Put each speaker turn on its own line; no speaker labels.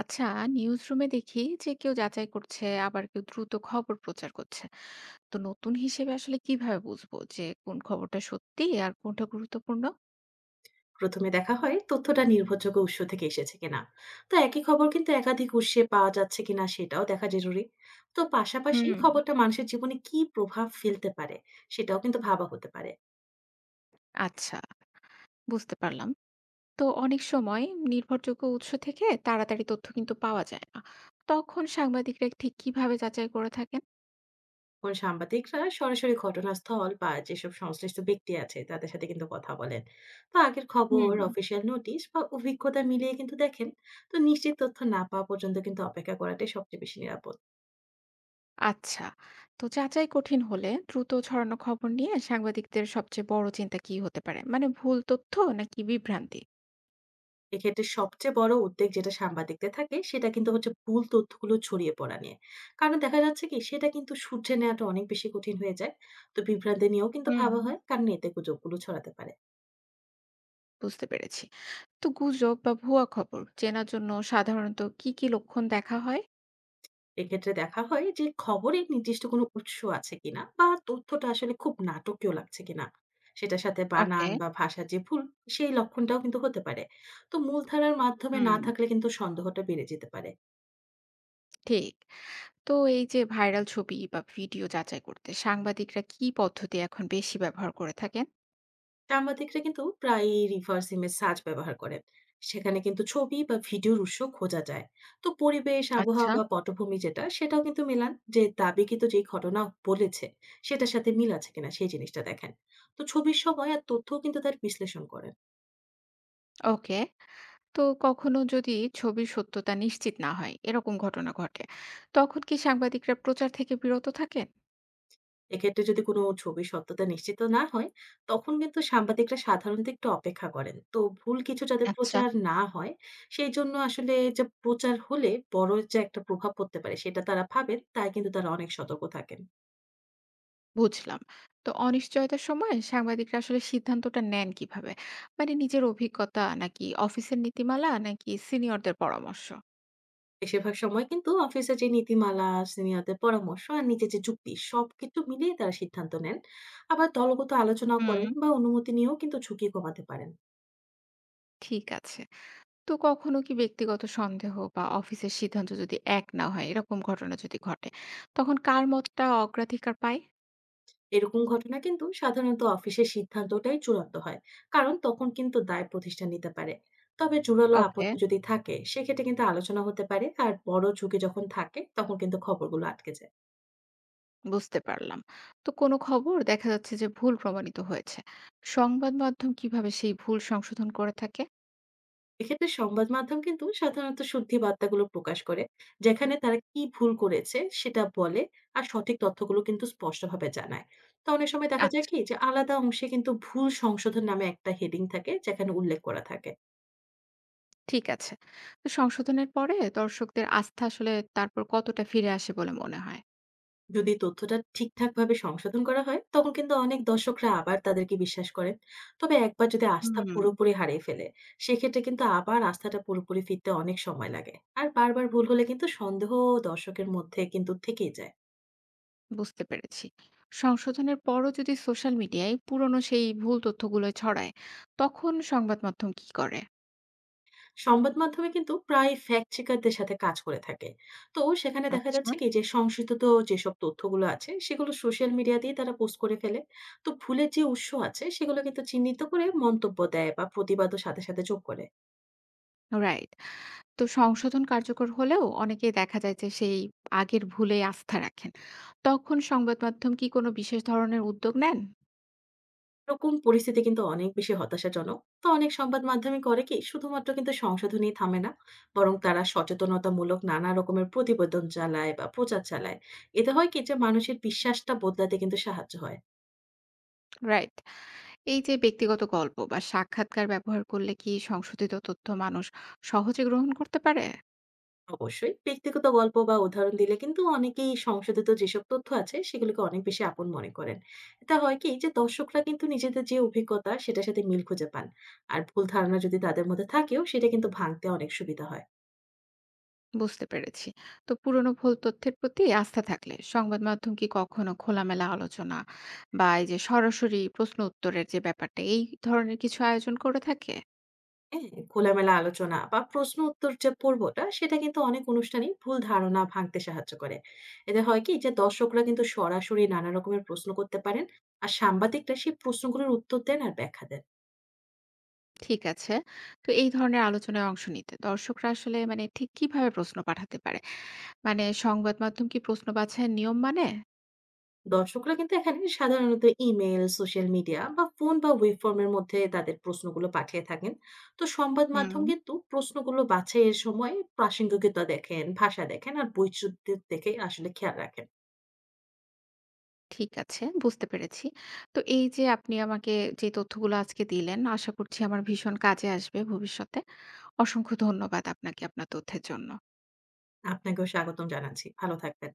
আচ্ছা, নিউজরুমে দেখি যে কেউ যাচাই করছে আবার কেউ দ্রুত খবর প্রচার করছে। তো নতুন হিসেবে আসলে কিভাবে বুঝবো যে কোন খবরটা সত্যি আর কোনটা গুরুত্বপূর্ণ?
প্রথমে দেখা হয় তথ্যটা নির্ভরযোগ্য উৎস থেকে এসেছে কিনা। তো একই খবর কিন্তু একাধিক উৎসে পাওয়া যাচ্ছে কিনা সেটাও দেখা জরুরি। তো পাশাপাশি
হুম।
খবরটা মানুষের জীবনে কি প্রভাব ফেলতে পারে সেটাও কিন্তু ভাবা হতে পারে।
আচ্ছা, বুঝতে পারলাম। তো অনেক সময় নির্ভরযোগ্য উৎস থেকে তাড়াতাড়ি তথ্য কিন্তু পাওয়া যায় না, তখন সাংবাদিকরা ঠিক কিভাবে যাচাই করে থাকেন?
কোন সাংবাদিকরা সরাসরি ঘটনাস্থল বা যেসব সংশ্লিষ্ট ব্যক্তি আছে তাদের সাথে কিন্তু কথা বলেন। তো আগের খবর
হুম।
অফিসিয়াল নোটিশ বা অভিজ্ঞতা মিলিয়ে কিন্তু দেখেন। তো নিশ্চিত তথ্য না পাওয়া পর্যন্ত কিন্তু অপেক্ষা করাটাই সবচেয়ে বেশি নিরাপদ।
আচ্ছা, তো যাচাই কঠিন হলে দ্রুত ছড়ানো খবর নিয়ে সাংবাদিকদের সবচেয়ে বড় চিন্তা কি হতে পারে, মানে ভুল তথ্য নাকি বিভ্রান্তি?
এক্ষেত্রে সবচেয়ে বড় উদ্বেগ যেটা সাংবাদিকদের থাকে সেটা কিন্তু হচ্ছে ভুল তথ্যগুলো ছড়িয়ে পড়া নিয়ে। কারণ দেখা যাচ্ছে কি সেটা কিন্তু সূত্রে নেওয়াটা অনেক বেশি কঠিন হয়ে যায়। তো বিভ্রান্তি নিয়েও কিন্তু
হুম,
ভাবা হয় কারণ এতে গুজবগুলো ছড়াতে পারে।
বুঝতে পেরেছি। তো গুজব বা ভুয়া খবর চেনার জন্য সাধারণত কি কি লক্ষণ দেখা হয়?
এক্ষেত্রে দেখা হয় যে খবরের নির্দিষ্ট কোনো উৎস আছে কিনা বা তথ্যটা আসলে খুব নাটকীয় লাগছে কিনা। সেটার সাথে
ওকে।
বানান বা ভাষার যে ভুল, সেই লক্ষণটাও কিন্তু হতে পারে। তো মূলধারার মাধ্যমে
হুম,
না থাকলে কিন্তু সন্দেহটা বেড়ে যেতে পারে।
ঠিক। তো এই যে ভাইরাল ছবি বা ভিডিও যাচাই করতে সাংবাদিকরা কি পদ্ধতি এখন বেশি ব্যবহার করে থাকেন?
সাংবাদিকরা কিন্তু প্রায়ই রিভার্স ইমেজ সার্চ ব্যবহার করেন। সেখানে কিন্তু ছবি বা ভিডিওর উৎস খোঁজা যায়। তো পরিবেশ আবহাওয়া
আচ্ছা।
বা পটভূমি যেটা সেটাও কিন্তু মেলান যে দাবিকৃত যে ঘটনা বলেছে সেটার সাথে মিল আছে কিনা সেই জিনিসটা দেখেন। তো ছবির সময় আর তথ্যও কিন্তু তার বিশ্লেষণ করেন।
ওকে। তো কখনো যদি ছবির সত্যতা নিশ্চিত না হয়, এরকম ঘটনা ঘটে, তখন কি সাংবাদিকরা প্রচার থেকে বিরত থাকেন?
এক্ষেত্রে যদি কোনো ছবির সত্যতা নিশ্চিত না হয়, তখন কিন্তু সাংবাদিকরা সাধারণত একটু অপেক্ষা করেন। তো ভুল কিছু যাতে
আচ্ছা,
প্রচার না হয়, সেই জন্য আসলে যে প্রচার হলে বড় যে একটা প্রভাব পড়তে পারে, সেটা তারা ভাবেন, তাই কিন্তু তারা অনেক সতর্ক থাকেন।
বুঝলাম। তো অনিশ্চয়তার সময় সাংবাদিকরা আসলে সিদ্ধান্তটা নেন কিভাবে? মানে নিজের অভিজ্ঞতা নাকি অফিসের নীতিমালা নাকি সিনিয়রদের পরামর্শ?
বেশিরভাগ সময় কিন্তু অফিসের যে নীতিমালা, সিনিয়রদের পরামর্শ আর নিজের যে যুক্তি, সবকিছু মিলিয়ে তারা সিদ্ধান্ত নেন। আবার দলগত আলোচনাও
হুম,
করেন বা অনুমতি নিয়েও কিন্তু ঝুঁকি কমাতে পারেন।
ঠিক আছে। তো কখনো কি ব্যক্তিগত সন্দেহ বা অফিসের সিদ্ধান্ত যদি এক না হয় এরকম ঘটনা যদি ঘটে, তখন কার মতটা অগ্রাধিকার পায়?
এরকম ঘটনা কিন্তু সাধারণত অফিসের সিদ্ধান্তটাই চূড়ান্ত হয়। কারণ তখন কিন্তু দায় প্রতিষ্ঠান নিতে পারে। তবে জোরালো
ওকে,
আপত্তি যদি থাকে সেক্ষেত্রে কিন্তু আলোচনা হতে পারে আর বড় ঝুঁকি যখন থাকে তখন কিন্তু খবরগুলো আটকে যায়।
বুঝতে পারলাম। তো কোনো খবর দেখা যাচ্ছে যে ভুল প্রমাণিত হয়েছে। সংবাদ মাধ্যম কিভাবে সেই ভুল সংশোধন করে থাকে?
এক্ষেত্রে সংবাদ মাধ্যম কিন্তু সাধারণত শুদ্ধি বার্তাগুলো প্রকাশ করে যেখানে তারা কি ভুল করেছে সেটা বলে আর সঠিক তথ্যগুলো কিন্তু স্পষ্টভাবে জানায়। তো অনেক সময় দেখা যায়
আচ্ছা,
কি যে আলাদা অংশে কিন্তু ভুল সংশোধন নামে একটা হেডিং থাকে যেখানে উল্লেখ করা থাকে।
ঠিক আছে। তো সংশোধনের পরে দর্শকদের আস্থা আসলে তারপর কতটা ফিরে আসে বলে মনে হয়?
যদি তথ্যটা ঠিকঠাকভাবে সংশোধন করা হয়, তখন কিন্তু অনেক দর্শকরা আবার তাদেরকে বিশ্বাস করেন। তবে একবার যদি আস্থা
হুম,
পুরোপুরি হারিয়ে ফেলে, সেক্ষেত্রে কিন্তু আবার আস্থাটা পুরোপুরি ফিরতে অনেক সময় লাগে। আর বারবার ভুল হলে কিন্তু সন্দেহ দর্শকের মধ্যে কিন্তু থেকেই যায়।
বুঝতে পেরেছি। সংশোধনের পরও যদি সোশ্যাল মিডিয়ায় পুরনো সেই ভুল তথ্যগুলো ছড়ায়, তখন সংবাদ মাধ্যম কি করে?
সংবাদ মাধ্যমে কিন্তু প্রায় ফ্যাক্ট চেকারদের সাথে কাজ করে থাকে। তো সেখানে দেখা
আচ্ছা,
যাচ্ছে কি যে সংশোধিত যেসব তথ্যগুলো আছে, সেগুলো সোশ্যাল মিডিয়াতেই তারা পোস্ট করে ফেলে। তো ভুলের যে উৎস আছে, সেগুলো কিন্তু চিহ্নিত করে মন্তব্য দেয় বা প্রতিবাদও সাথে সাথে যোগ করে।
রাইট। তো সংশোধন কার্যকর হলেও অনেকেই দেখা যায় যে সেই আগের ভুলে আস্থা রাখেন। তখন সংবাদ মাধ্যম কি কোনো বিশেষ ধরনের উদ্যোগ নেন?
এরকম পরিস্থিতি কিন্তু অনেক বেশি হতাশাজনক। তো অনেক সংবাদ মাধ্যমে করে কি শুধুমাত্র কিন্তু সংশোধনই থামে না। বরং তারা সচেতনতামূলক নানা রকমের প্রতিবেদন চালায় বা প্রচার চালায়। এতে হয় কি যে মানুষের বিশ্বাসটা বদলাতে কিন্তু সাহায্য হয়।
রাইট। এই যে ব্যক্তিগত গল্প বা সাক্ষাৎকার ব্যবহার করলে কি সংশোধিত তথ্য মানুষ সহজে গ্রহণ করতে পারে?
অবশ্যই ব্যক্তিগত গল্প বা উদাহরণ দিলে কিন্তু অনেকেই সংশোধিত যেসব তথ্য আছে সেগুলোকে অনেক বেশি আপন মনে করেন। এটা হয় কি যে দর্শকরা কিন্তু নিজেদের যে অভিজ্ঞতা সেটার সাথে মিল খুঁজে পান। আর ভুল ধারণা যদি তাদের মধ্যে থাকেও সেটা কিন্তু ভাঙতে অনেক সুবিধা হয়।
বুঝতে পেরেছি। তো পুরনো ভুল তথ্যের প্রতি আস্থা থাকলে সংবাদ মাধ্যম কি কখনো খোলামেলা আলোচনা বা এই যে সরাসরি প্রশ্ন উত্তরের যে ব্যাপারটা এই ধরনের কিছু আয়োজন করে থাকে?
হ্যাঁ, খোলামেলা আলোচনা বা প্রশ্ন উত্তর যে পর্বটা সেটা কিন্তু অনেক অনুষ্ঠানেই ভুল ধারণা ভাঙতে সাহায্য করে। এতে হয় কি যে দর্শকরা কিন্তু সরাসরি নানা রকমের প্রশ্ন করতে পারেন আর সাংবাদিকরা সেই প্রশ্নগুলোর উত্তর দেন আর ব্যাখ্যা দেন।
ঠিক আছে। তো এই ধরনের আলোচনায় অংশ নিতে দর্শকরা আসলে মানে ঠিক কিভাবে প্রশ্ন পাঠাতে পারে? মানে সংবাদ মাধ্যম কি প্রশ্ন বাছাইয়ের নিয়ম মানে?
দর্শকরা কিন্তু এখানে সাধারণত ইমেল সোশ্যাল মিডিয়া বা ফোন বা ওয়েব ফর্মের মধ্যে তাদের প্রশ্নগুলো পাঠিয়ে থাকেন। তো সংবাদ মাধ্যম
হুম,
কিন্তু প্রশ্নগুলো বাছাইয়ের সময় প্রাসঙ্গিকতা দেখেন ভাষা দেখেন আর বৈচিত্র্য দেখে আসলে খেয়াল রাখেন।
ঠিক আছে, বুঝতে পেরেছি। তো এই যে আপনি আমাকে যে তথ্যগুলো আজকে দিলেন, আশা করছি আমার ভীষণ কাজে আসবে ভবিষ্যতে। অসংখ্য ধন্যবাদ আপনাকে আপনার তথ্যের জন্য।
আপনাকেও স্বাগতম জানাচ্ছি, ভালো থাকবেন।